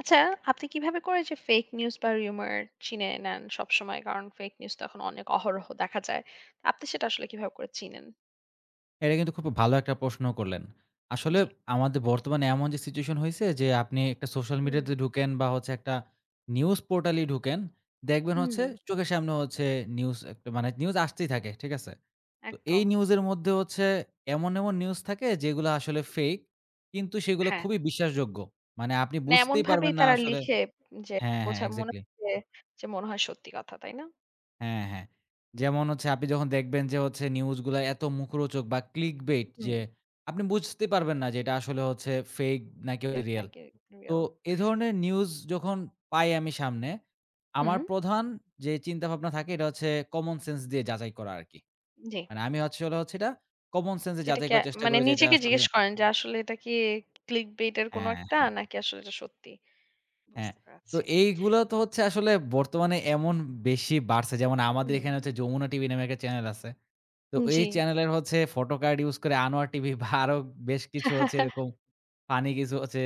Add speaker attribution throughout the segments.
Speaker 1: আচ্ছা, আপনি কিভাবে করে যে ফেক নিউজ বা রিউমার চিনে নেন সবসময়? কারণ ফেক নিউজ তো এখন অনেক অহরহ দেখা যায়। আপনি সেটা আসলে কিভাবে করে চিনেন?
Speaker 2: এটা কিন্তু খুব ভালো একটা প্রশ্ন করলেন। আসলে
Speaker 1: জি।
Speaker 2: আমাদের বর্তমানে এমন যে সিচুয়েশন হইছে যে আপনি একটা সোশ্যাল
Speaker 1: হুম,
Speaker 2: মিডিয়াতে ঢুকেন বা হচ্ছে একটা নিউজ পোর্টালেই ঢুকেন, দেখবেন
Speaker 1: হুম,
Speaker 2: হচ্ছে চোখের সামনে হচ্ছে নিউজ একটা মানে নিউজ আসতেই থাকে, ঠিক আছে? তো এই
Speaker 1: একদম।
Speaker 2: নিউজের মধ্যে হচ্ছে এমন নিউজ থাকে যেগুলা আসলে ফেক কিন্তু সেগুলো
Speaker 1: হ্যাঁ,
Speaker 2: খুবই বিশ্বাসযোগ্য। মানে আপনি
Speaker 1: মানে
Speaker 2: বুঝতেই
Speaker 1: এমনভাবেই
Speaker 2: পারবেন না
Speaker 1: তারা
Speaker 2: আসলে।
Speaker 1: লিখে যে
Speaker 2: হ্যাঁ,
Speaker 1: বোঝা মনে
Speaker 2: এক্সাক্টলি।
Speaker 1: হচ্ছে যে মনে হয় সত্যি কথা, তাই না?
Speaker 2: হ্যাঁ। যেমন হচ্ছে আপনি যখন দেখবেন যে হচ্ছে নিউজগুলা এত মুখরোচক বা ক্লিক বেইট
Speaker 1: হুম,
Speaker 2: যে আপনি বুঝতে পারবেন না যে এটা আসলে হচ্ছে ফেক নাকি
Speaker 1: ফেক
Speaker 2: রিয়াল।
Speaker 1: নাকি
Speaker 2: তো
Speaker 1: রিয়েল?
Speaker 2: এ ধরনের নিউজ যখন পাই আমি সামনে, আমার
Speaker 1: হুম,
Speaker 2: প্রধান যে চিন্তাভাবনা থাকে এটা হচ্ছে কমন সেন্স দিয়ে যাচাই করা আরকি।
Speaker 1: জি।
Speaker 2: মানে আমি আসলে হচ্ছে এটা কমন সেন্স এ
Speaker 1: যেটা
Speaker 2: যাচাই
Speaker 1: কি
Speaker 2: করার চেষ্টা
Speaker 1: মানে
Speaker 2: করি যে এটা
Speaker 1: নিজেকে
Speaker 2: আসলে।
Speaker 1: জিজ্ঞেস করেন যে আসলে এটা কি ক্লিক বেইট এর কোনো
Speaker 2: হ্যাঁ,
Speaker 1: একটা
Speaker 2: হ্যাঁ,
Speaker 1: নাকি আসলে এটা সত্যি?
Speaker 2: হ্যাঁ।
Speaker 1: বুঝতে
Speaker 2: তো
Speaker 1: পারছি।
Speaker 2: এইগুলা তো হচ্ছে আসলে বর্তমানে এমন বেশি বাড়ছে যেমন আমাদের
Speaker 1: হুম,
Speaker 2: এখানে হচ্ছে যমুনা টিভি নামে একটা চ্যানেল আছে। তো এই
Speaker 1: জি,
Speaker 2: চ্যানেলের হচ্ছে ফটো কার্ড ইউস করে আনোয়ার টিভি বা আরো বেশ কিছু হচ্ছে এরকম ফানি কিছু হচ্ছে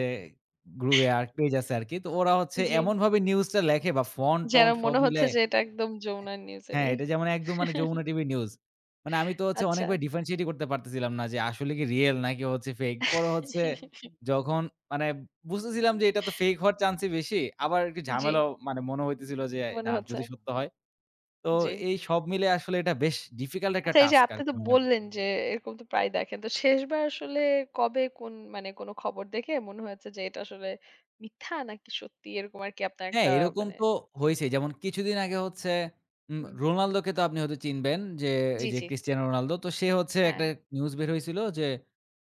Speaker 2: গ্রুপে আর পেজ আছে আরকি। তো ওরা হচ্ছে
Speaker 1: জি।
Speaker 2: এমনভাবে নিউজটা লেখে বা
Speaker 1: যেন
Speaker 2: ফন্ট-টন্ট সব
Speaker 1: মনে হচ্ছে
Speaker 2: মিলায়ে
Speaker 1: যে এটা একদম যমুনা
Speaker 2: হ্যাঁ,
Speaker 1: নিউজেরই।
Speaker 2: এটা যেমন একদম মানে যমুনা টিভি নিউজ। মানে আমি তো হচ্ছে
Speaker 1: আচ্ছা।
Speaker 2: অনেকবার ডিফারেনশিয়েটই করতে পারতেছিলাম না যে আসলে কি রিয়েল নাকি হচ্ছে ফেক। পরে হচ্ছে যখন মানে বুঝতেছিলাম যে এটা তো ফেক হওয়ার চান্সই বেশি। আবার একটু
Speaker 1: জি,
Speaker 2: ঝামেলাও মানে মনে হইতেছিল যে
Speaker 1: মনে
Speaker 2: না
Speaker 1: হচ্ছে।
Speaker 2: যদি সত্য হয়। তো
Speaker 1: জি।
Speaker 2: এই সব মিলে আসলে এটা বেশ ডিফিকাল্ট একটা
Speaker 1: আচ্ছা এই যে
Speaker 2: টাস্ক
Speaker 1: আপনি
Speaker 2: আরকি।
Speaker 1: তো
Speaker 2: মানে
Speaker 1: বললেন যে এরকম তো প্রায় দেখেন। তো শেষবার আসলে কবে কোন মানে কোন খবর দেখে মনে হয়েছে যে এটা আসলে মিথ্যা নাকি সত্যি এরকম আরকি আপনার
Speaker 2: হ্যাঁ,
Speaker 1: একটা
Speaker 2: এরকম
Speaker 1: মানে
Speaker 2: তো
Speaker 1: জি,
Speaker 2: হইছেই। যেমন কিছুদিন আগে হচ্ছে
Speaker 1: হুম,
Speaker 2: রোনালদোকে তো আপনি হয়তো চিনবেন যে এই
Speaker 1: জি,
Speaker 2: যে
Speaker 1: জি।
Speaker 2: Cristiano Ronaldo. তো সে হচ্ছে
Speaker 1: হ্যাঁ,
Speaker 2: একটা নিউজ বের হইছিল যে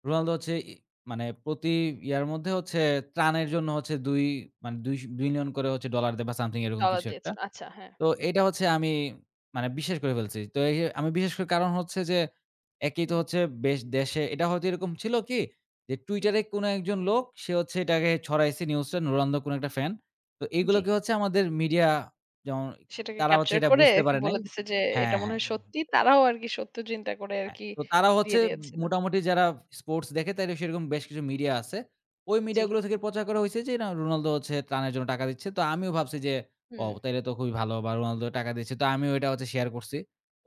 Speaker 2: রোনালদো হচ্ছে মানে প্রতি ইয়ার মধ্যে হচ্ছে ত্রাণের জন্য হচ্ছে ২ মানে ২০০- $2,০০,০০০ করে হচ্ছে ডলার দেয় বা সামথিং এরকম
Speaker 1: ডলার
Speaker 2: কিছু একটা।
Speaker 1: দিয়েছিল। আচ্ছা হ্যাঁ।
Speaker 2: তো এটা হচ্ছে আমি মানে বিশ্বাস করে ফেলছি। তো এই যে আমি বিশ্বাস করি কারণ হচ্ছে যে একেই তো
Speaker 1: হুম,
Speaker 2: হচ্ছে বেশ দেশে এটা হয়তো এরকম ছিল কি যে Twitter
Speaker 1: হুম,
Speaker 2: এ কোনো একজন লোক সে হচ্ছে এটাকে ছড়াইছে নিউজটা নুরন্দ কোনো একটা ফ্যান। তো
Speaker 1: জি।
Speaker 2: এগুলোকে হচ্ছে আমাদের মিডিয়া যেমন
Speaker 1: সেটাকে
Speaker 2: তারা হচ্ছে
Speaker 1: ক্যাপচার
Speaker 2: এটা
Speaker 1: করে
Speaker 2: বুঝতে
Speaker 1: আরকি
Speaker 2: পারে নাই।
Speaker 1: বলে দিছে যে এটা
Speaker 2: হ্যাঁ,
Speaker 1: মনে
Speaker 2: হ্যাঁ।
Speaker 1: হয় সত্যি। তারাও আরকি সত্য চিন্তা করে
Speaker 2: হ্যাঁ,
Speaker 1: আরকি
Speaker 2: তো তারা হচ্ছে
Speaker 1: দিয়ে দিয়েছিল।
Speaker 2: মোটামুটি যারা স্পোর্টস দেখে তাইলে সেরকম বেশ কিছু মিডিয়া আছে। ওই
Speaker 1: জি।
Speaker 2: মিডিয়াগুলো থেকে প্রচার করা হইছে যে না রোনালদো হচ্ছে ত্রাণের জন্য টাকা দিচ্ছে। তো আমিও ভাবছি যে ও
Speaker 1: হুম।
Speaker 2: তাইলে তো খুবই ভালো বা রোনালদো টাকা দিচ্ছে। তো আমিও এটা হচ্ছে শেয়ার করছি।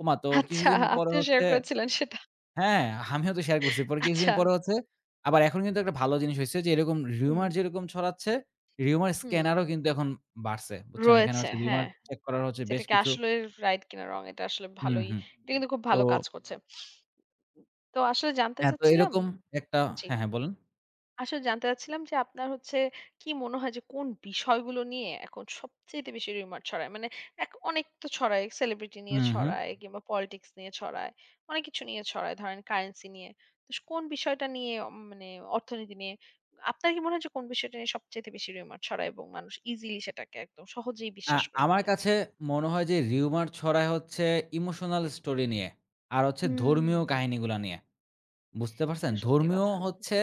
Speaker 2: ওমা তো
Speaker 1: আচ্ছা,
Speaker 2: কিছুদিন পরে
Speaker 1: আপনিও
Speaker 2: হচ্ছে
Speaker 1: শেয়ার করেছিলেন সেটা।
Speaker 2: হ্যাঁ, আমিও তো শেয়ার করছি। পরে কিছুদিন
Speaker 1: আচ্ছা।
Speaker 2: পরে হচ্ছে আবার এখন কিন্তু একটা ভালো জিনিস হইছে যে এরকম
Speaker 1: হুম,
Speaker 2: রিউমার যেরকম ছড়াচ্ছে, রিউমার
Speaker 1: হুম।
Speaker 2: স্ক্যানারও কিন্তু এখন বাড়ছে। বুঝছেন? এখানে
Speaker 1: রয়েছে,
Speaker 2: হচ্ছে রিউমার
Speaker 1: হ্যাঁ।
Speaker 2: চেক করার হচ্ছে
Speaker 1: যেটা
Speaker 2: বেশ
Speaker 1: কি
Speaker 2: কিছু।
Speaker 1: আসলে রাইট কিনা রং এটা আসলে
Speaker 2: হুম,
Speaker 1: ভালোই
Speaker 2: হুম।
Speaker 1: এটা কিন্তু খুব
Speaker 2: তো
Speaker 1: ভালো কাজ করছে। তো আসলে জানতে
Speaker 2: হ্যাঁ, তো
Speaker 1: চাচ্ছিলাম
Speaker 2: এরকম একটা
Speaker 1: জি।
Speaker 2: হ্যাঁ, হ্যাঁ বলেন।
Speaker 1: আসলে জানতে চাচ্ছিলাম যে আপনার হচ্ছে কি মনে হয় যে কোন বিষয়গুলো নিয়ে এখন সবচাইতে বেশি রিউমার ছড়ায়? মানে এক অনেক তো ছড়ায় সেলিব্রিটি নিয়ে
Speaker 2: হুম।
Speaker 1: ছড়ায় কিংবা পলিটিক্স নিয়ে ছড়ায়। অনেক কিছু নিয়ে ছড়ায় ধরেন কারেন্সি নিয়ে। তো কোন বিষয়টা নিয়ে মানে অর্থনীতি নিয়ে আপনার কি মনে হয় যে কোন বিষয়টা নিয়ে সবচাইতে বেশি রিউমার ছড়ায় এবং মানুষ ইজিলি সেটাকে একদম সহজেই
Speaker 2: আ
Speaker 1: বিশ্বাস করে
Speaker 2: আমার
Speaker 1: ফেলে?
Speaker 2: কাছে মনে হয় যে রিউমার ছড়ায় হচ্ছে ইমোশনাল স্টোরি নিয়ে। আর হচ্ছে
Speaker 1: হুম।
Speaker 2: ধর্মীয় কাহিনীগুলা নিয়ে। বুঝতে পারছেন?
Speaker 1: এটা সত্যি
Speaker 2: ধর্মীয়
Speaker 1: কথা।
Speaker 2: হচ্ছে
Speaker 1: জি।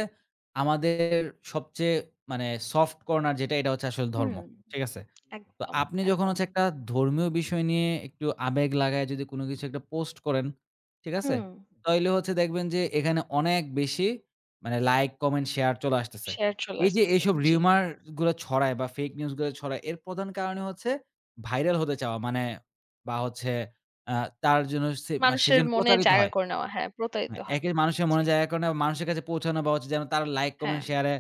Speaker 2: আমাদের সবচেয়ে মানে সফট কর্নার যেটা এটা হচ্ছে আসলে ধর্ম।
Speaker 1: হুম।
Speaker 2: ঠিক আছে?
Speaker 1: এক
Speaker 2: তো
Speaker 1: একদম,
Speaker 2: আপনি যখন
Speaker 1: একদম।
Speaker 2: হচ্ছে একটা ধর্মীয় বিষয় নিয়ে একটু আবেগ লাগায় যদি কোনো কিছু একটা পোস্ট করেন, ঠিক আছে?
Speaker 1: হুম।
Speaker 2: তাইলে হচ্ছে দেখবেন যে এখানে অনেক বেশি মানে লাইক, কমেন্ট, শেয়ার চলে আসতেছে।
Speaker 1: শেয়ার চলে
Speaker 2: এই যে
Speaker 1: আসতেছে।
Speaker 2: এইসব
Speaker 1: জি।
Speaker 2: rumor গুলা ছড়ায় বা ফেক নিউজ গুলা ছড়ায় এর প্রধান কারণই হচ্ছে ভাইরাল হতে চাওয়া মানে বা হচ্ছে আ তার জন্য সে মানে সে
Speaker 1: মানুষের
Speaker 2: যেন
Speaker 1: মনে
Speaker 2: প্রচারিত
Speaker 1: জায়গা
Speaker 2: হয়।
Speaker 1: করে নেওয়া। হ্যাঁ, প্রতারিত
Speaker 2: হ্যাঁ,
Speaker 1: হয়।
Speaker 2: একে মানুষের মনে
Speaker 1: জি,
Speaker 2: জায়গা করে না মানুষের কাছে পৌঁছানো বা হচ্ছে যেন তার লাইক, কমেন্ট,
Speaker 1: হ্যাঁ।
Speaker 2: শেয়ারে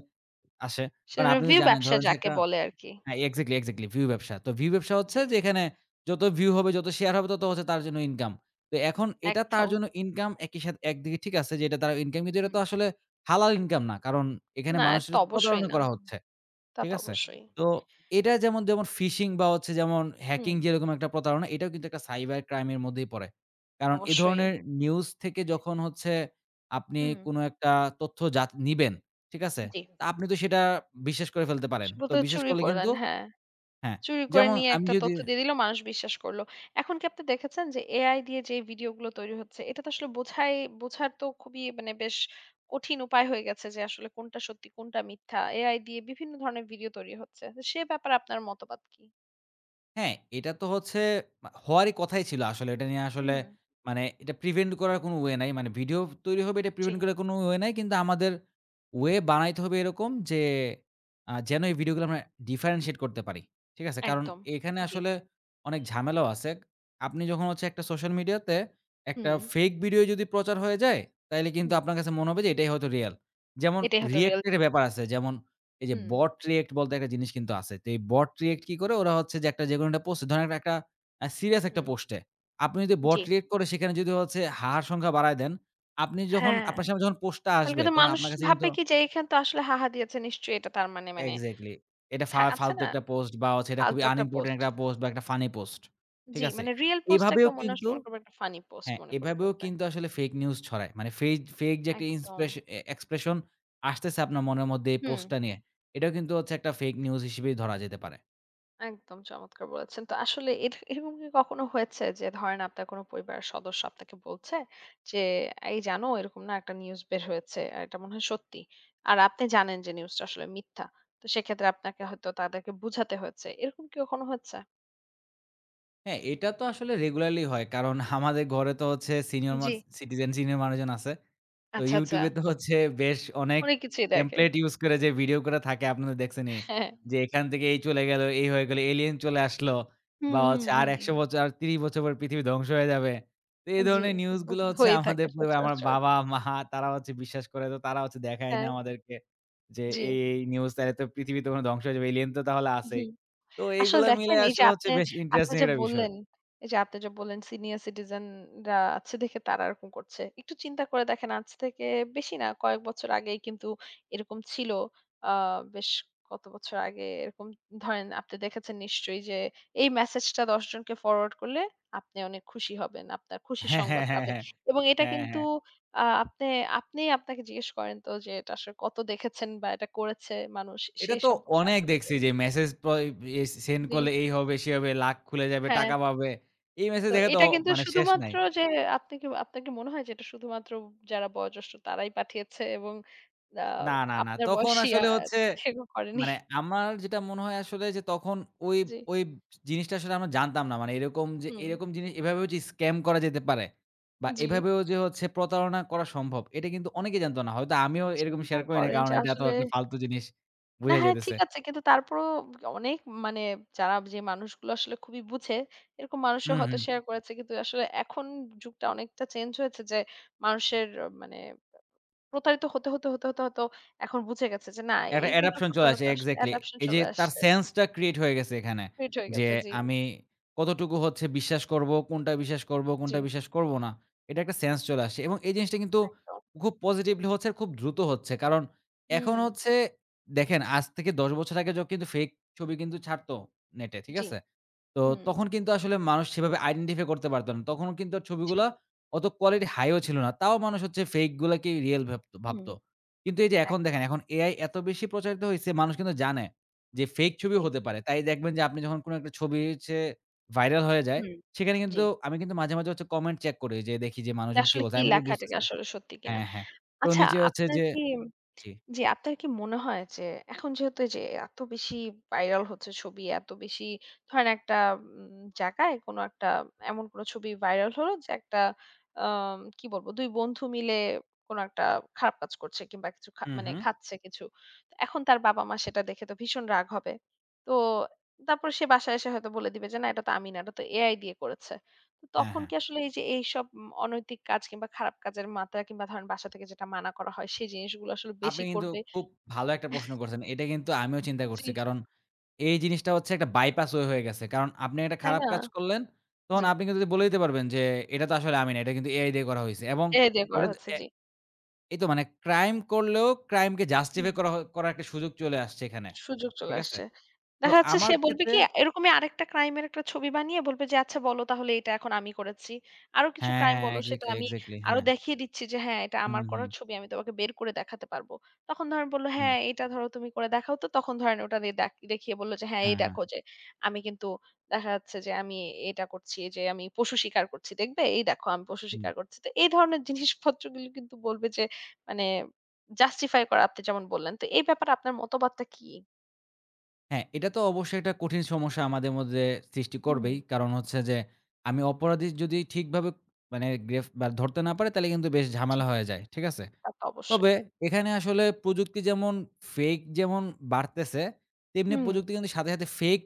Speaker 2: আসে। কারণ
Speaker 1: সেজন্য
Speaker 2: আপনি তো
Speaker 1: ভিউ
Speaker 2: জানেন
Speaker 1: ব্যবসা
Speaker 2: ধরেন যে
Speaker 1: যাকে
Speaker 2: একটা
Speaker 1: বলে আরকি।
Speaker 2: হ্যাঁ, এক্সাক্টলি ভিউ ব্যবসা। তো ভিউ ব্যবসা হচ্ছে
Speaker 1: জি,
Speaker 2: যে এখানে যত ভিউ হবে, যত শেয়ার হবে তত হচ্ছে তার জন্য ইনকাম। তো এখন এটা তার
Speaker 1: একদম।
Speaker 2: জন্য ইনকাম একই সাথে একদিকে ঠিক আছে যে এটা তার ইনকাম কিন্তু এটা
Speaker 1: হুম।
Speaker 2: তো আসলে হালাল ইনকাম না। কারণ এখানে
Speaker 1: না, এটা
Speaker 2: মানুষের
Speaker 1: তো অবশ্যই
Speaker 2: প্রতারণা
Speaker 1: না।
Speaker 2: করা হচ্ছে।
Speaker 1: তা
Speaker 2: ঠিক
Speaker 1: তো
Speaker 2: আছে?
Speaker 1: অবশ্যই।
Speaker 2: তো এটা যেমন ফিশিং বা হচ্ছে যেমন হ্যাকিং
Speaker 1: হুম,
Speaker 2: যেরকম একটা প্রতারণা এটাও কিন্তু একটা সাইবার ক্রাইম এর মধ্যেই পড়ে। কারণ এ
Speaker 1: অবশ্যই।
Speaker 2: ধরনের নিউজ থেকে যখন হচ্ছে আপনি
Speaker 1: হুম,
Speaker 2: কোনো একটা তথ্য যা নিবেন। ঠিক আছে?
Speaker 1: জি।
Speaker 2: তা আপনি তো সেটা বিশ্বাস করে ফেলতে পারেন।
Speaker 1: শুধু
Speaker 2: তো
Speaker 1: তো
Speaker 2: বিশ্বাস
Speaker 1: চুরি
Speaker 2: করলে কিন্তু
Speaker 1: করলেন, হ্যাঁ।
Speaker 2: হ্যাঁ,
Speaker 1: চুরি করে
Speaker 2: যেমন
Speaker 1: নিয়ে
Speaker 2: আমি
Speaker 1: একটা
Speaker 2: যদি
Speaker 1: তথ্য দিয়ে দিল, মানুষ বিশ্বাস করল। এখন কি আপনি দেখেছেন যে এআই দিয়ে যে ভিডিওগুলো তৈরি হচ্ছে, এটা তো আসলে বোঝাই বোঝার তো খুবই মানে বেশ কঠিন উপায় হয়ে গেছে যে আসলে কোনটা সত্যি, কোনটা মিথ্যা। এআই দিয়ে বিভিন্ন ধরনের ভিডিও তৈরি হচ্ছে। তো সে ব্যাপারে আপনার মতবাদ কি?
Speaker 2: হ্যাঁ, এটা তো হচ্ছে মা হওয়ারই কথাই ছিল আসলে। এটা নিয়ে আসলে
Speaker 1: হুম,
Speaker 2: মানে এটা প্রিভেন্ট করার কোনো ওয়ে নাই। মানে ভিডিও তৈরি হবে এটা
Speaker 1: জি,
Speaker 2: প্রিভেন্ট করার কোনো ওয়ে নাই। কিন্তু আমাদের ওয়ে বানাইতে হবে এরকম যে যেন এই ভিডিওগুলো আমরা ডিফারেনশিয়েট করতে পারি। ঠিক আছে? কারণ
Speaker 1: একদম।
Speaker 2: এখানে
Speaker 1: জি।
Speaker 2: আসলে অনেক ঝামেলাও আছে। আপনি যখন হচ্ছে একটা সোশ্যাল মিডিয়াতে একটা
Speaker 1: হুম,
Speaker 2: ফেক ভিডিও যদি প্রচার হয়ে যায়, তাইলে কিন্তু
Speaker 1: হুম।
Speaker 2: আপনার কাছে মনে হবে যে এটাই হয়তো রিয়াল। যেমন
Speaker 1: এটাই হয়তো রিয়াল
Speaker 2: রিঅ্যাক্ট এর ব্যাপার আছে। যেমন এই যে
Speaker 1: হুম,
Speaker 2: bot react বলতে একটা জিনিস কিন্তু আছে। তো এই bot react কি করে? ওরা হচ্ছে যে একটা যেকোনো একটা পোস্ট ধরেন একটা সিরিয়াস একটা
Speaker 1: হুম।
Speaker 2: পোস্টে আপনি যদি
Speaker 1: জি।
Speaker 2: bot react করে সেখানে যদি হচ্ছে হাহার সংখ্যা বাড়ায় দেন, আপনি যখন
Speaker 1: হ্যাঁ।
Speaker 2: আপনার সামনে যখন পোস্টটা
Speaker 1: তাহলে
Speaker 2: আসবে
Speaker 1: কিন্তু
Speaker 2: তখন
Speaker 1: মানুষ
Speaker 2: আপনার কাছে কিন্তু
Speaker 1: ভাববে কি যে এখানে তো আসলে হাহা দিয়েছে নিশ্চয়ই এটা তার মানে মানে
Speaker 2: এক্সাক্টলি এটা
Speaker 1: থা আছে
Speaker 2: ফালতু
Speaker 1: না
Speaker 2: একটা পোস্ট বা হচ্ছে এটা খুবই
Speaker 1: ফালতু একটা
Speaker 2: আনইম্পোর্টেন্ট
Speaker 1: পোস্ট।
Speaker 2: একটা পোস্ট বা একটা ফানি পোস্ট। ঠিক
Speaker 1: জি,
Speaker 2: আছে?
Speaker 1: মানে রিয়েল
Speaker 2: এভাবেও
Speaker 1: পোস্টটাকেও মনে আস
Speaker 2: কিন্তু
Speaker 1: মনে করবে একটা ফানি পোস্ট
Speaker 2: হ্যাঁ,
Speaker 1: মনে করে
Speaker 2: এভাবেও
Speaker 1: ফেলবে।
Speaker 2: কিন্তু আসলে ফেক নিউজ ছড়ায়। মানে ফেক যে একটা
Speaker 1: একদম।
Speaker 2: ইন্সপ্রেস এ এক্সপ্রেশন আসতেছে আপনার মনের মধ্যে এই
Speaker 1: হুম,
Speaker 2: পোস্টটা নিয়ে, এটাও কিন্তু হচ্ছে একটা ফেক নিউজ হিসেবেই ধরা যেতে পারে।
Speaker 1: একদম চমৎকার বলেছেন। তো আসলে এর এরকম কি কখনো হয়েছে যে ধরেন আপনার কোনো পরিবারের সদস্য আপনাকে বলছে যে, "এই জানো এরকম না একটা নিউজ বের হয়েছে। আর এটা মনে হয় সত্যি।" আর আপনি জানেন যে নিউজটা আসলে মিথ্যা। তো সেক্ষেত্রে আপনাকে হয়তো তাদেরকে বুঝাতে হয়েছে। এরকম কি কখনো হচ্ছে?
Speaker 2: হ্যাঁ, এটা তো আসলে রেগুলারলি হয়। কারণ আমাদের ঘরে তো হচ্ছে সিনিয়র মান
Speaker 1: জি।
Speaker 2: সিটিজেন, সিনিয়র মানুষজন আছে। তো
Speaker 1: আচ্ছা, আচ্ছা।
Speaker 2: YouTube এ তো হচ্ছে বেশ অনেক
Speaker 1: অনেক কিছুই দেখে।
Speaker 2: টেমপ্লেট ইউজ করে যে ভিডিও করা থাকে আপনারা দেখছেনই।
Speaker 1: হ্যাঁ।
Speaker 2: যে এখান থেকে এই চলে গেল, এই হয়ে গেল, এলিয়েন চলে আসলো বা
Speaker 1: হুম, হুম,
Speaker 2: হচ্ছে আর
Speaker 1: হুম।
Speaker 2: ১০০ বছর আর ৩০ বছর পর পৃথিবী ধ্বংস হয়ে যাবে। তো এই
Speaker 1: জি,
Speaker 2: ধরনের
Speaker 1: এরকম
Speaker 2: নিউজগুলো
Speaker 1: তো
Speaker 2: হচ্ছে
Speaker 1: হয়েই থাকে
Speaker 2: আমাদের পরিবার আমার
Speaker 1: সচরাচর।
Speaker 2: বাবা, মা তারা হচ্ছে বিশ্বাস করে। তো তারা হচ্ছে দেখায় না
Speaker 1: হ্যাঁ,
Speaker 2: আমাদেরকে যে
Speaker 1: জি।
Speaker 2: এই নিউজ তাহলে তো পৃথিবী তো ধ্বংস হয়ে যাবে। এলিয়েন তো তাহলে আছেই।
Speaker 1: হুম।
Speaker 2: তো
Speaker 1: আসলে
Speaker 2: এইগুলা মিলে
Speaker 1: দেখেন এই যে
Speaker 2: আসলে হচ্ছে
Speaker 1: আপনি,
Speaker 2: বেশ
Speaker 1: আপনি
Speaker 2: ইন্টারেস্টিং
Speaker 1: যে
Speaker 2: একটা বিষয়।
Speaker 1: বললেন, এই যে আপনি যে বললেন সিনিয়র সিটিজেন রা আছে দেখে তারা এরকম করছে। একটু চিন্তা করে দেখেন আজ থেকে বেশি না কয়েক বছর আগেই কিন্তু এরকম ছিল। আ বেশ কত বছর আগে এরকম ধরেন আপনি দেখেছেন নিশ্চয়ই যে এই মেসেজটা ১০ জনকে ফরওয়ার্ড করলে আপনি অনেক খুশি হবেন। আপনার খুশির
Speaker 2: হ্যাঁ, হ্যাঁ,
Speaker 1: সংবাদ
Speaker 2: হ্যাঁ,
Speaker 1: পাবেন।
Speaker 2: হ্যাঁ।
Speaker 1: এবং এটা
Speaker 2: হ্যাঁ,
Speaker 1: কিন্তু
Speaker 2: হ্যাঁ।
Speaker 1: আপনি আপনি আপনাকে জিজ্ঞেস করেন তো যে এটা আসলে কত দেখেছেন বা এটা করেছে মানুষ
Speaker 2: এটা
Speaker 1: সেই
Speaker 2: তো
Speaker 1: সম্পর্কে
Speaker 2: অনেক
Speaker 1: আপনি
Speaker 2: দেখছি যে মেসেজ প এ সেন্ড
Speaker 1: জি,
Speaker 2: করলে এই হবে, সে হবে, লাক খুলে যাবে,
Speaker 1: হ্যাঁ।
Speaker 2: টাকা পাবে। এই মেসেজ
Speaker 1: তো
Speaker 2: দেখে তো
Speaker 1: এটা কিন্তু
Speaker 2: মানে শেষ নাই।
Speaker 1: শুধুমাত্র যে আপনি কি আপনার কি মনে হয় যে এটা শুধুমাত্র যারা বয়োজ্যেষ্ঠ তারাই পাঠিয়েছে এবং আ
Speaker 2: না।
Speaker 1: আপনার
Speaker 2: তখন
Speaker 1: বয়সী
Speaker 2: আসলে হচ্ছে
Speaker 1: সেগুলো করেনি?
Speaker 2: মানে আমার যেটা মনে হয় আসলে যে তখন ওই
Speaker 1: জি।
Speaker 2: ওই জিনিসটা আসলে আমরা জানতাম না। মানে এরকম যে
Speaker 1: হুম,
Speaker 2: এরকম জিনিস এভাবেও যে স্ক্যাম করা যেতে পারে বা
Speaker 1: জি।
Speaker 2: এভাবেও যে হচ্ছে প্রতারণা করা সম্ভব এটা কিন্তু অনেকেই জানতো না। হয়তো আমিও এরকম
Speaker 1: চিন্তা
Speaker 2: শেয়ার করি না
Speaker 1: করেন
Speaker 2: কারণ
Speaker 1: যে
Speaker 2: এটা তো
Speaker 1: আসলে
Speaker 2: একটা ফালতু জিনিস
Speaker 1: না
Speaker 2: বুঝা
Speaker 1: হ্যাঁ,
Speaker 2: যাইতেছে।
Speaker 1: ঠিক আছে। কিন্তু তারপরেও অনেক মানে যারা যে মানুষগুলো আসলে খুবই বুঝে, এরকম মানুষও
Speaker 2: হুম,
Speaker 1: হয়তো
Speaker 2: হুম।
Speaker 1: শেয়ার করেছে। কিন্তু আসলে এখন যুগটা অনেকটা চেঞ্জ হয়েছে যে মানুষের আহ, মানে প্রতারিত হতে, হতে, হতে, হতে, হয়তো এখন বুঝে গেছে যে না
Speaker 2: একটা
Speaker 1: এইগুলোর
Speaker 2: অ্যাডাপশন
Speaker 1: প্রতি
Speaker 2: চলে আসে
Speaker 1: আসলে
Speaker 2: এক্সাক্টলি।
Speaker 1: অ্যাডাপশন
Speaker 2: এই যে
Speaker 1: চলে
Speaker 2: তার
Speaker 1: আসছে।
Speaker 2: সেন্সটা ক্রিয়েট হয়ে গেছে এখানে।
Speaker 1: ফিট হয়ে
Speaker 2: যে
Speaker 1: গেছে। জি,
Speaker 2: আমি কতটুকু হচ্ছে বিশ্বাস করব, কোনটা বিশ্বাস করব,
Speaker 1: জি।
Speaker 2: কোনটা বিশ্বাস করব না। এটা একটা সেন্স চলে আসে এবং এই জিনিসটা কিন্তু
Speaker 1: একদম।
Speaker 2: খুব পজিটিভলি হচ্ছে আর খুব দ্রুত হচ্ছে। কারণ এখন
Speaker 1: হুম।
Speaker 2: হচ্ছে দেখেন আজ থেকে ১০ বছর আগে য কিন্তু ফেক ছবি কিন্তু ছাড়তো নেটে। ঠিক
Speaker 1: জি।
Speaker 2: আছে? তো
Speaker 1: হুম।
Speaker 2: তখন কিন্তু আসলে মানুষ সেভাবে আইডেন্টিফাই করতে পারত না। তখন কিন্তু
Speaker 1: জি।
Speaker 2: ছবিগুলা অত কোয়ালিটি হাইও ছিল না। তাও মানুষ হচ্ছে ফেক গুলাকেই রিয়াল ভাবত ভাবত।
Speaker 1: হুম।
Speaker 2: কিন্তু এই যে এখন দেখেন
Speaker 1: একদম।
Speaker 2: এখন এআই এত বেশি প্রচারিত হইছে মানুষ কিন্তু জানে যে ফেক ছবিও
Speaker 1: জি।
Speaker 2: হতে পারে। তাই দেখবেন যে আপনি যখন কোন একটা ছবি হচ্ছে ভাইরাল হয়ে যায়,
Speaker 1: হুম।
Speaker 2: সেখানে কিন্তু
Speaker 1: জি।
Speaker 2: আমি কিন্তু মাঝে হচ্ছে কমেন্ট চেক করি যে দেখি যে
Speaker 1: যে
Speaker 2: মানুষজন কি
Speaker 1: আসলে
Speaker 2: বলছে।
Speaker 1: কি
Speaker 2: আমি কিন্তু
Speaker 1: লেখাটাকে
Speaker 2: বুঝতেছি
Speaker 1: আসলে সত্যি কিনা।
Speaker 2: হ্যাঁ। তো
Speaker 1: আচ্ছা
Speaker 2: নিচে হচ্ছে
Speaker 1: আপনার
Speaker 2: যে
Speaker 1: কি
Speaker 2: জি।
Speaker 1: জি, আপনার কি মনে হয় যে এখন যেহেতু এই যে এত বেশি ভাইরাল হচ্ছে ছবি, এত বেশি ধরেন একটা জায়গায় কোনো একটা এমন কোনো ছবি ভাইরাল হলো যে একটা কি বলবো ২ বন্ধু মিলে কোনো একটা খারাপ কাজ করছে কিংবা কিছু খা
Speaker 2: হুম,
Speaker 1: মানে
Speaker 2: হুম।
Speaker 1: খাচ্ছে কিছু। তো এখন তার বাবা-মা সেটা দেখে তো ভীষণ রাগ হবে। তো তারপর সে বাসায় এসে হয়তো বলে দিবে যে, "না এটা তো আমি না, এটা তো এআই দিয়ে করেছে।" তো
Speaker 2: হ্যাঁ,
Speaker 1: তখন
Speaker 2: হ্যাঁ।
Speaker 1: কি আসলে এই যে এইসব অনৈতিক কাজ কিংবা খারাপ কাজের মাত্রা কিংবা ধরেন বাসা থেকে যেটা মানা করা হয় সেই জিনিসগুলো আসলে
Speaker 2: আপনি
Speaker 1: বেশি
Speaker 2: কিন্তু
Speaker 1: করবে?
Speaker 2: খুব ভালো একটা প্রশ্ন করছেন। এটা কিন্তু আমিও চিন্তা
Speaker 1: জি,
Speaker 2: করছি। কারণ এই জিনিসটা হচ্ছে একটা বাইপাস ওয়ে হয়ে গেছে। কারণ আপনি একটা
Speaker 1: তাই
Speaker 2: খারাপ
Speaker 1: না?
Speaker 2: কাজ করলেন, তখন
Speaker 1: জি।
Speaker 2: আপনি কিন্তু যদি বলে দিতে পারবেন যে, "এটা তো আসলে আমি না। এটা কিন্তু এআই দিয়ে করা হইছে" এবং
Speaker 1: এআই দিয়ে করা
Speaker 2: এটা তো
Speaker 1: হচ্ছে, জি।
Speaker 2: এই তো মানে ক্রাইম করলেও ক্রাইমকে জাস্টিফাই
Speaker 1: হুম।
Speaker 2: করার একটা সুযোগ চলে আসছে এখানে।
Speaker 1: সুযোগ চলে
Speaker 2: ঠিক আছে?
Speaker 1: আসছে।
Speaker 2: তো
Speaker 1: দেখা যাচ্ছে
Speaker 2: আমার
Speaker 1: সে বলবে
Speaker 2: ক্ষেত্রে
Speaker 1: কি এরকমই আরেকটা ক্রাইম এর একটা ছবি বানিয়ে বলবে যে, "আচ্ছা বলো তাহলে এটা এখন আমি করেছি। আরো কিছু ক্রাইম
Speaker 2: হ্যাঁ,
Speaker 1: বলো সেটা
Speaker 2: এক্সাক্টলি,
Speaker 1: আমি
Speaker 2: এক্সাক্টলি।
Speaker 1: আরো
Speaker 2: হ্যাঁ।
Speaker 1: দেখিয়ে দিচ্ছি যে হ্যাঁ, এটা
Speaker 2: হুম,
Speaker 1: আমার
Speaker 2: হুম,
Speaker 1: করার ছবি আমি তোমাকে বের করে দেখাতে পারবো।" তখন ধরেন বলল,
Speaker 2: হুম।
Speaker 1: "হ্যাঁ, এটা ধরো তুমি করে দেখাও তো।" তখন ধরেন ওটা দিয়ে দেখ দেখিয়ে বলল যে, "হ্যাঁ, এই
Speaker 2: হ্যাঁ।
Speaker 1: দেখো যে আমি কিন্তু দেখা যাচ্ছে যে আমি এটা করছি, এই যে আমি পশু শিকার করছি। দেখবে? এই দেখো আমি পশু
Speaker 2: হুম।
Speaker 1: শিকার করছি।" তো এই ধরনের জিনিসপত্রগুলো কিন্তু বলবে যে মানে জাস্টিফাই করা আপনি যেমন বললেন। তো এই ব্যাপারে আপনার মতবাদটা কি?
Speaker 2: হ্যাঁ, এটা তো অবশ্যই একটা কঠিন সমস্যা আমাদের মধ্যে সৃষ্টি
Speaker 1: হুম।
Speaker 2: করবেই। কারণ হচ্ছে যে আমি অপরাধী যদি ঠিকভাবে মানে বা ধরতে না পারি তাহলে কিন্তু বেশ
Speaker 1: জি,
Speaker 2: ঝামেলা হয়ে যায়। ঠিক আছে?
Speaker 1: তা তো অবশ্যই।
Speaker 2: তবে এখানে আসলে প্রযুক্তি যেমন ফেক যেমন বাড়তেছে, তেমনি
Speaker 1: হুম।
Speaker 2: প্রযুক্তি কিন্তু সাথে ফেক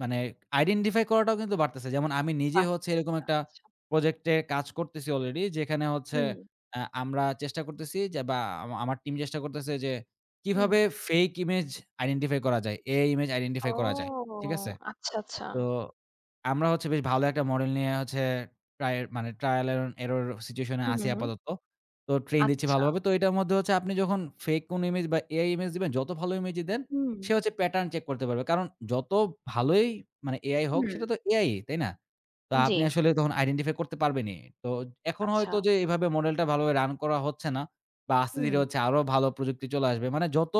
Speaker 2: মানে আইডেন্টিফাই করাটাও কিন্তু বাড়তেছে। যেমন আমি নিজে হচ্ছে এরকম
Speaker 1: পারতেছে,
Speaker 2: একটা
Speaker 1: আচ্ছা।
Speaker 2: প্রজেক্টে কাজ করতেছি অলরেডি যেখানে হচ্ছে
Speaker 1: হুম,
Speaker 2: আমরা চেষ্টা করতেছি যে বা আমার টিম চেষ্টা করতেছে যে
Speaker 1: হুম।
Speaker 2: কিভাবে ফেক ইমেজ আইডেন্টিফাই করা যায়, এআই ইমেজ আইডেন্টিফাই করা যায়।
Speaker 1: ও!
Speaker 2: ঠিক আছে?
Speaker 1: আচ্ছা, আচ্ছা।
Speaker 2: তো আমরা হচ্ছে বেশ ভালো একটা মডেল নিয়ে হচ্ছে মানে ট্রায়াল এন্ড এরর সিচুয়েশন এ
Speaker 1: হুম,
Speaker 2: আছি
Speaker 1: হুম, হুম।
Speaker 2: আপাতত। তো ট্রেন দিচ্ছি
Speaker 1: আচ্ছা।
Speaker 2: ভালোভাবে। তো এটার মধ্যে হচ্ছে আপনি যখন ফেক কোনো ইমেজ বা এআই ইমেজ দিবেন, যত ভালো ইমেজই দেন,
Speaker 1: হুম।
Speaker 2: সে হচ্ছে প্যাটার্ন চেক করতে পারবে। কারণ যত ভালোই মানে এআই হোক,
Speaker 1: হুম,
Speaker 2: সেটা তো এআই, তাই না? তো
Speaker 1: জি,
Speaker 2: আপনি আসলে তখন আইডেন্টিফাই করতে পারবেনই। তো এখন
Speaker 1: আচ্ছা।
Speaker 2: হয়তো যে এভাবে মডেলটা ভালোভাবে রান করা হচ্ছে না বা আস্তে ধীরে
Speaker 1: হুম,
Speaker 2: হচ্ছে আরো ভালো প্রযুক্তি চলে আসবে। মানে যত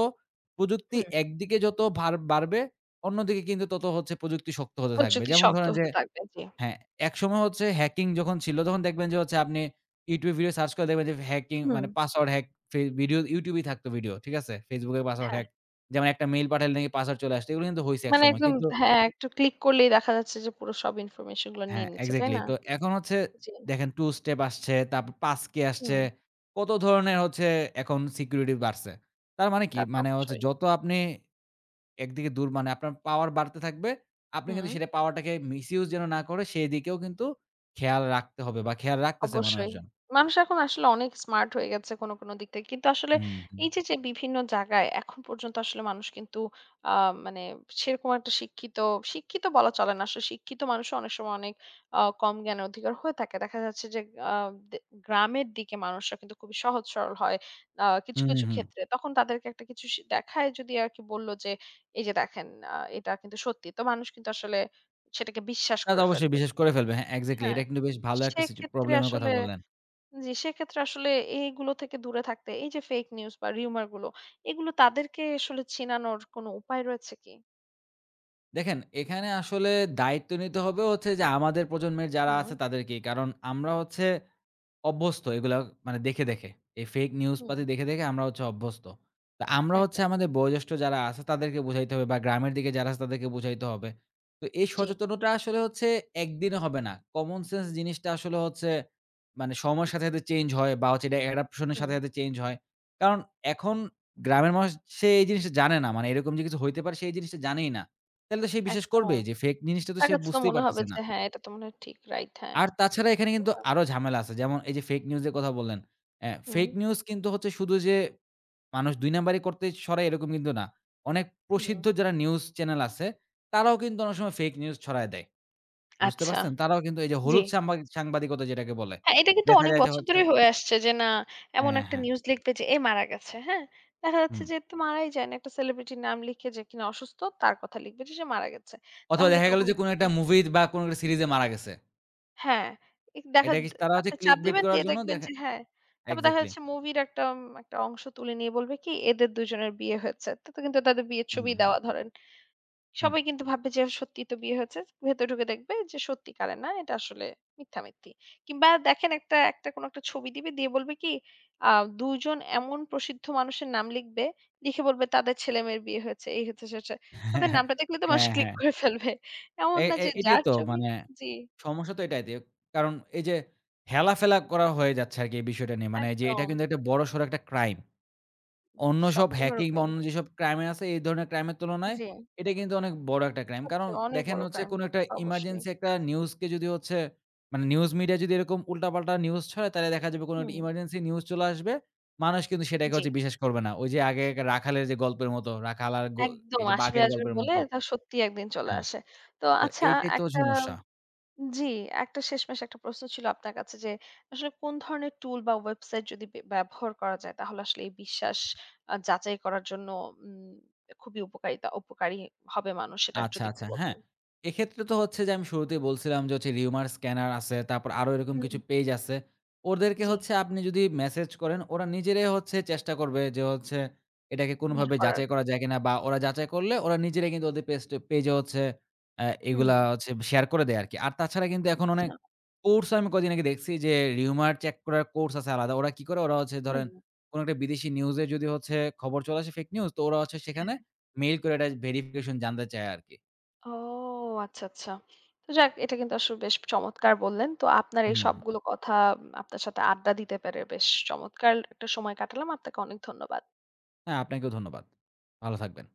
Speaker 2: প্রযুক্তি
Speaker 1: হুম।
Speaker 2: একদিকে যত ভার বাড়বে অন্যদিকে কিন্তু তত হচ্ছে প্রযুক্তি শক্ত হতে থাকবে।
Speaker 1: প্রযুক্তি
Speaker 2: যেমন
Speaker 1: শক্ত
Speaker 2: ধরেন যে
Speaker 1: হতে থাকবে, জি।
Speaker 2: হ্যাঁ, একসময় হচ্ছে হ্যাকিং যখন ছিল তখন দেখবেন যে হচ্ছে আপনি YouTube ভিডিও সার্চ করে দেখবেন যে হ্যাকিং
Speaker 1: হুম।
Speaker 2: মানে পাসওয়ার্ড হ্যাক ভিডিও YouTube এই থাকতো ভিডিও। ঠিক আছে? Facebook এর পাসওয়ার্ড
Speaker 1: হ্যাঁ,
Speaker 2: হ্যাক। যেমন একটা মেইল পাঠালে নাকি পাসওয়ার্ড চলে আসতো। এগুলো কিন্তু হইছে
Speaker 1: মানে
Speaker 2: একসময়।
Speaker 1: একদম
Speaker 2: কিন্তু
Speaker 1: হ্যাঁ, একটু ক্লিক করলেই দেখা যাচ্ছে যে পুরো সব ইনফরমেশন গুলো
Speaker 2: হ্যাঁ,
Speaker 1: নিয়ে নিচ্ছে, তাই
Speaker 2: এক্সাক্টলি।
Speaker 1: না?
Speaker 2: তো এখন হচ্ছে
Speaker 1: জি,
Speaker 2: দেখেন 2 স্টেপ আসছে, তারপর passkey আসছে।
Speaker 1: হুম,
Speaker 2: কত ধরনের হচ্ছে এখন সিকিউরিটি বাড়ছে। তার মানে কি?
Speaker 1: তা তো
Speaker 2: মানে হচ্ছে
Speaker 1: অবশ্যই।
Speaker 2: যত আপনি একদিকে মানে আপনার পাওয়ার বাড়তে থাকবে। আপনি কিন্তু
Speaker 1: হুম।
Speaker 2: সেটা পাওয়ারটাকে মিসইউজ যেন না করে সেদিকেও কিন্তু খেয়াল রাখতে হবে বা খেয়াল রাখতেছে
Speaker 1: অবশ্যই।
Speaker 2: মানুষজন।
Speaker 1: মানুষ এখন আসলে অনেক স্মার্ট হয়ে গেছে কোনো, কোনো দিক থেকে। কিন্তু আসলে
Speaker 2: হুম।
Speaker 1: এই যে, যে বিভিন্ন জায়গায় এখন পর্যন্ত আসলে মানুষ কিন্তু আ মানে সেরকম একটা শিক্ষিত, শিক্ষিত বলা চলে না। আসলে শিক্ষিত মানুষও অনেক সময় অনেক কম জ্ঞানের অধিকার হয়ে থাকে। দেখা যাচ্ছে যে আ দে গ্রামের দিকে মানুষরা কিন্তু খুবই সহজ সরল হয়। কিছু,
Speaker 2: হুম,
Speaker 1: কিছু
Speaker 2: হুম।
Speaker 1: ক্ষেত্রে। তখন তাদেরকে একটা কিছু সি দেখায় যদি আরকি বলল যে, "এই যে দেখেন এটা কিন্তু সত্যি।" তো মানুষ কিন্তু আসলে সেটাকে বিশ্বাস
Speaker 2: তা তো
Speaker 1: করে
Speaker 2: অবশ্যই
Speaker 1: ফেলবে।
Speaker 2: বিশ্বাস করে ফেলবে। হ্যাঁ, এক্সাক্টলি। এটা
Speaker 1: হ্যাঁ?
Speaker 2: কিন্তু বেশ ভালো একটা
Speaker 1: সেক্ষেত্রে
Speaker 2: প্রবলেম এর কথা
Speaker 1: আসলে
Speaker 2: বললেন।
Speaker 1: জি, সেক্ষেত্রে আসলে এইগুলো থেকে দূরে থাকতে এই যে ফেক নিউজ বা রিউমার গুলো এগুলো তাদেরকে আসলে চিনানোর কোনো উপায় রয়েছে কি?
Speaker 2: দেখেন এখানে আসলে দায়িত্ব নিতে হবে হচ্ছে যে আমাদের প্রজন্মের যারা
Speaker 1: হুম,
Speaker 2: আছে তাদেরকেই। কারণ আমরা হচ্ছে অভ্যস্ত এগুলা মানে দেখে। এই ফেক নিউজ পাতি
Speaker 1: হুম,
Speaker 2: দেখে আমরা হচ্ছে অভ্যস্ত। তো আমরা হচ্ছে
Speaker 1: একদম।
Speaker 2: আমাদের বয়োজ্যেষ্ঠ যারা আছে তাদেরকে বুঝাইতে হবে বা গ্রামের দিকে যারা আছে তাদেরকে বুঝাইতে হবে। তো এই
Speaker 1: জি,
Speaker 2: সচেতনতা আসলে হচ্ছে একদিনে হবে না। কমন সেন্স জিনিসটা আসলে হচ্ছে মানে সময়ের সাথে চেঞ্জ হয় বা হচ্ছে এটা অ্যাডাপশন এর
Speaker 1: হুম,
Speaker 2: সাথে চেঞ্জ হয়। কারণ এখন গ্রামের মানুষ সে এই জিনিসটা জানে না। মানে এরকম যে কিছু হইতে পারে সে এই জিনিসটা জানেই না। তাহলে তো সে বিশ্বাস
Speaker 1: একদম।
Speaker 2: করবেই যে ফেক জিনিসটা তো
Speaker 1: তার
Speaker 2: সে
Speaker 1: কাছে তো
Speaker 2: বুঝতেই
Speaker 1: মনে হবে
Speaker 2: পারতেছে না।
Speaker 1: যে হ্যাঁ, এটা তো মনে হয় ঠিক রাইট হ্যাঁ।
Speaker 2: আর তাছাড়া এখানে
Speaker 1: তাই
Speaker 2: কিন্তু
Speaker 1: না?
Speaker 2: আরো ঝামেলা আছে। যেমন এই যে ফেক নিউজ এর কথা বললেন।
Speaker 1: হুম,
Speaker 2: ফেক নিউজ কিন্তু হচ্ছে শুধু যে মানুষ ২ নাম্বারি করতে ছড়ায় এরকম কিন্তু না। অনেক
Speaker 1: হুম,
Speaker 2: প্রসিদ্ধ যারা নিউজ চ্যানেল আছে, তারাও কিন্তু অনেক সময় ফেক নিউজ ছড়ায় দেয়। বুঝতে
Speaker 1: আচ্ছা,
Speaker 2: পারছেন? তারাও কিন্তু এই যে
Speaker 1: জি।
Speaker 2: হলুদ সাংবাদিকতা যেটাকে বলে।
Speaker 1: হ্যাঁ, এটা কিন্তু
Speaker 2: দেখা
Speaker 1: অনেক
Speaker 2: যায় যে
Speaker 1: বছর
Speaker 2: হচ্ছে
Speaker 1: ধরেই হয়ে আসছে যে না এমন
Speaker 2: হ্যাঁ,
Speaker 1: একটা
Speaker 2: হ্যাঁ।
Speaker 1: নিউজ লিখবে যে এ মারা গেছে, হ্যাঁ? দেখা যাচ্ছে
Speaker 2: হুম।
Speaker 1: যে তো মারাই যায় না। একটা সেলিব্রিটির নাম লিখে যে কিনা অসুস্থ তার কথা লিখবে যে সে মারা গেছে।
Speaker 2: অথবা
Speaker 1: তাহলে
Speaker 2: দেখা গেল
Speaker 1: তখন
Speaker 2: যে কোনো একটা মুভি বা কোনো একটা সিরিজে মারা গেছে।
Speaker 1: হ্যাঁ, এক দেখা
Speaker 2: এটা
Speaker 1: দ
Speaker 2: কি তারা হচ্ছে
Speaker 1: আপনি
Speaker 2: ক্লিক
Speaker 1: চাপ
Speaker 2: বিট
Speaker 1: দিবেন
Speaker 2: করার
Speaker 1: দিয়ে
Speaker 2: জন্য
Speaker 1: দেখবেন
Speaker 2: দেখা
Speaker 1: যে হ্যাঁ, তারপর দেখা
Speaker 2: এক্সাক্টলি।
Speaker 1: যাচ্ছে মুভির একটা একটা অংশ তুলে নিয়ে বলবে কি এদের দুজনের বিয়ে হয়েছে। তো তো কিন্তু তাদের বিয়ের
Speaker 2: হুম,
Speaker 1: ছবি
Speaker 2: হুম,
Speaker 1: দেওয়া ধরেন।
Speaker 2: হুম।
Speaker 1: সবাই কিন্তু ভাববে যে সত্যিই তো বিয়ে হয়েছে। ভেতরে ঢুকে দেখবে যে সত্যিকারের না এটা আসলে মিথ্যামিথ্যি। কিংবা দেখেন একটা একটা কোনো একটা ছবি দিবে দিয়ে বলবে কি আ ২ জন এমন প্রসিদ্ধ মানুষের নাম লিখবে, লিখে বলবে তাদের ছেলেমেয়ের বিয়ে হয়েছে, এই হয়েছে, সে হয়েছে। তাদের নামটা দেখলে তো মানুষ
Speaker 2: হ্যাঁ,
Speaker 1: ক্লিক
Speaker 2: হ্যাঁ।
Speaker 1: করে ফেলবে। এমন
Speaker 2: এ
Speaker 1: না
Speaker 2: এ
Speaker 1: যে
Speaker 2: এটাই
Speaker 1: যার
Speaker 2: তো
Speaker 1: ছবি
Speaker 2: মানে
Speaker 1: জি,
Speaker 2: সমস্যা তো এটাই। কারণ এই যে হেলাফেলা করা হয়ে যাচ্ছে আরকি এই বিষয়টা নিয়ে। মানে যে এটা
Speaker 1: একদম।
Speaker 2: কিন্তু একটা বড়সড় একটা ক্রাইম। অন্য সব হ্যাকিং বা
Speaker 1: সম্পূর্ণরূপেই।
Speaker 2: অন্য যেসব ক্রাইম আছে এই ধরনের ক্রাইম এর তুলনায়
Speaker 1: জি,
Speaker 2: এটা কিন্তু অনেক বড় একটা ক্রাইম। কারণ
Speaker 1: সবচেয়ে অনেক
Speaker 2: দেখেন
Speaker 1: বড়
Speaker 2: হচ্ছে
Speaker 1: ক্রাইম
Speaker 2: কোন একটা
Speaker 1: অবশ্যই।
Speaker 2: ইমার্জেন্সি একটা নিউজকে যদি হচ্ছে মানে নিউজ মিডিয়া যদি এরকম উল্টাপাল্টা নিউজ ছড়ায় তাহলে দেখা যাবে কোন একটা
Speaker 1: হুম,
Speaker 2: ইমার্জেন্সি নিউজ চলে আসবে। মানুষ কিন্তু সেটাকে
Speaker 1: জি,
Speaker 2: হচ্ছে বিশ্বাস করবে না। ওই যে আগে রাখালের যে গল্পের মতো, রাখাল আর গো
Speaker 1: একদম
Speaker 2: এই যে
Speaker 1: আসবে,
Speaker 2: বাঘের
Speaker 1: আসবে
Speaker 2: গল্পের
Speaker 1: বলে
Speaker 2: মতো।
Speaker 1: এটা সত্যি একদিন চলে
Speaker 2: হ্যাঁ,
Speaker 1: আসে। তো
Speaker 2: তো
Speaker 1: আচ্ছা
Speaker 2: এইটাই তো
Speaker 1: একটা
Speaker 2: সমস্যা।
Speaker 1: জি, একটা শেষমেশ একটা প্রশ্ন ছিল আপনার কাছে যে আসলে কোন ধরনের টুল বা ওয়েবসাইট যদি বে ব্যবহার করা যায় তাহলে আসলে এই বিশ্বাস যাচাই করার জন্য উম খুবই উপকারিতা উপকারী হবে মানুষ সেটা
Speaker 2: আচ্ছা,
Speaker 1: যদি একটু
Speaker 2: আচ্ছা। হ্যাঁ,
Speaker 1: বলতেন।
Speaker 2: এক্ষেত্রে তো হচ্ছে যে আমি শুরুতেই বলছিলাম যে হচ্ছে Rumour Scanner আছে, তারপর আরো এরকম কিছু
Speaker 1: হুম।
Speaker 2: পেজ আছে। ওদেরকে
Speaker 1: জি,
Speaker 2: হচ্ছে আপনি যদি মেসেজ করেন, ওরা নিজেরাই হচ্ছে চেষ্টা করবে যে হচ্ছে এটাকে
Speaker 1: বের
Speaker 2: কোনোভাবে
Speaker 1: করার।
Speaker 2: যাচাই করা যায় কিনা বা ওরা যাচাই করলে ওরা নিজেরাই কিন্তু ওদের পেজে হচ্ছে
Speaker 1: হুম,
Speaker 2: এগুলা হচ্ছে শেয়ার করে দেয় আরকি। আর তাছাড়া কিন্তু এখন অনেক
Speaker 1: আচ্ছা,
Speaker 2: কোর্স আমি কদিন আগে দেখছি যে Rumour চেক করার কোর্স আছে আলাদা। ওরা কি করে? ওরা হচ্ছে
Speaker 1: হুম।
Speaker 2: ধরেন কোনো একটা বিদেশি নিউজে যদি হচ্ছে খবর চলে আসে ফেক নিউজ, তো ওরা হচ্ছে সেখানে মেইল করে এটা ভেরিফিকেশন জানতে চায় আরকি।
Speaker 1: ও আচ্ছা, আচ্ছা। তো যাক এটা কিন্তু আসলে বেশ চমৎকার বললেন। তো আপনার এই
Speaker 2: হুম।
Speaker 1: সবগুলো কথা উম, আপনার সাথে আড্ডা দিতে পেরে বেশ চমৎকার একটা সময় কাটালাম। আপনাকে অনেক ধন্যবাদ।
Speaker 2: হ্যাঁ, আপনাকেও ধন্যবাদ। ভালো থাকবেন।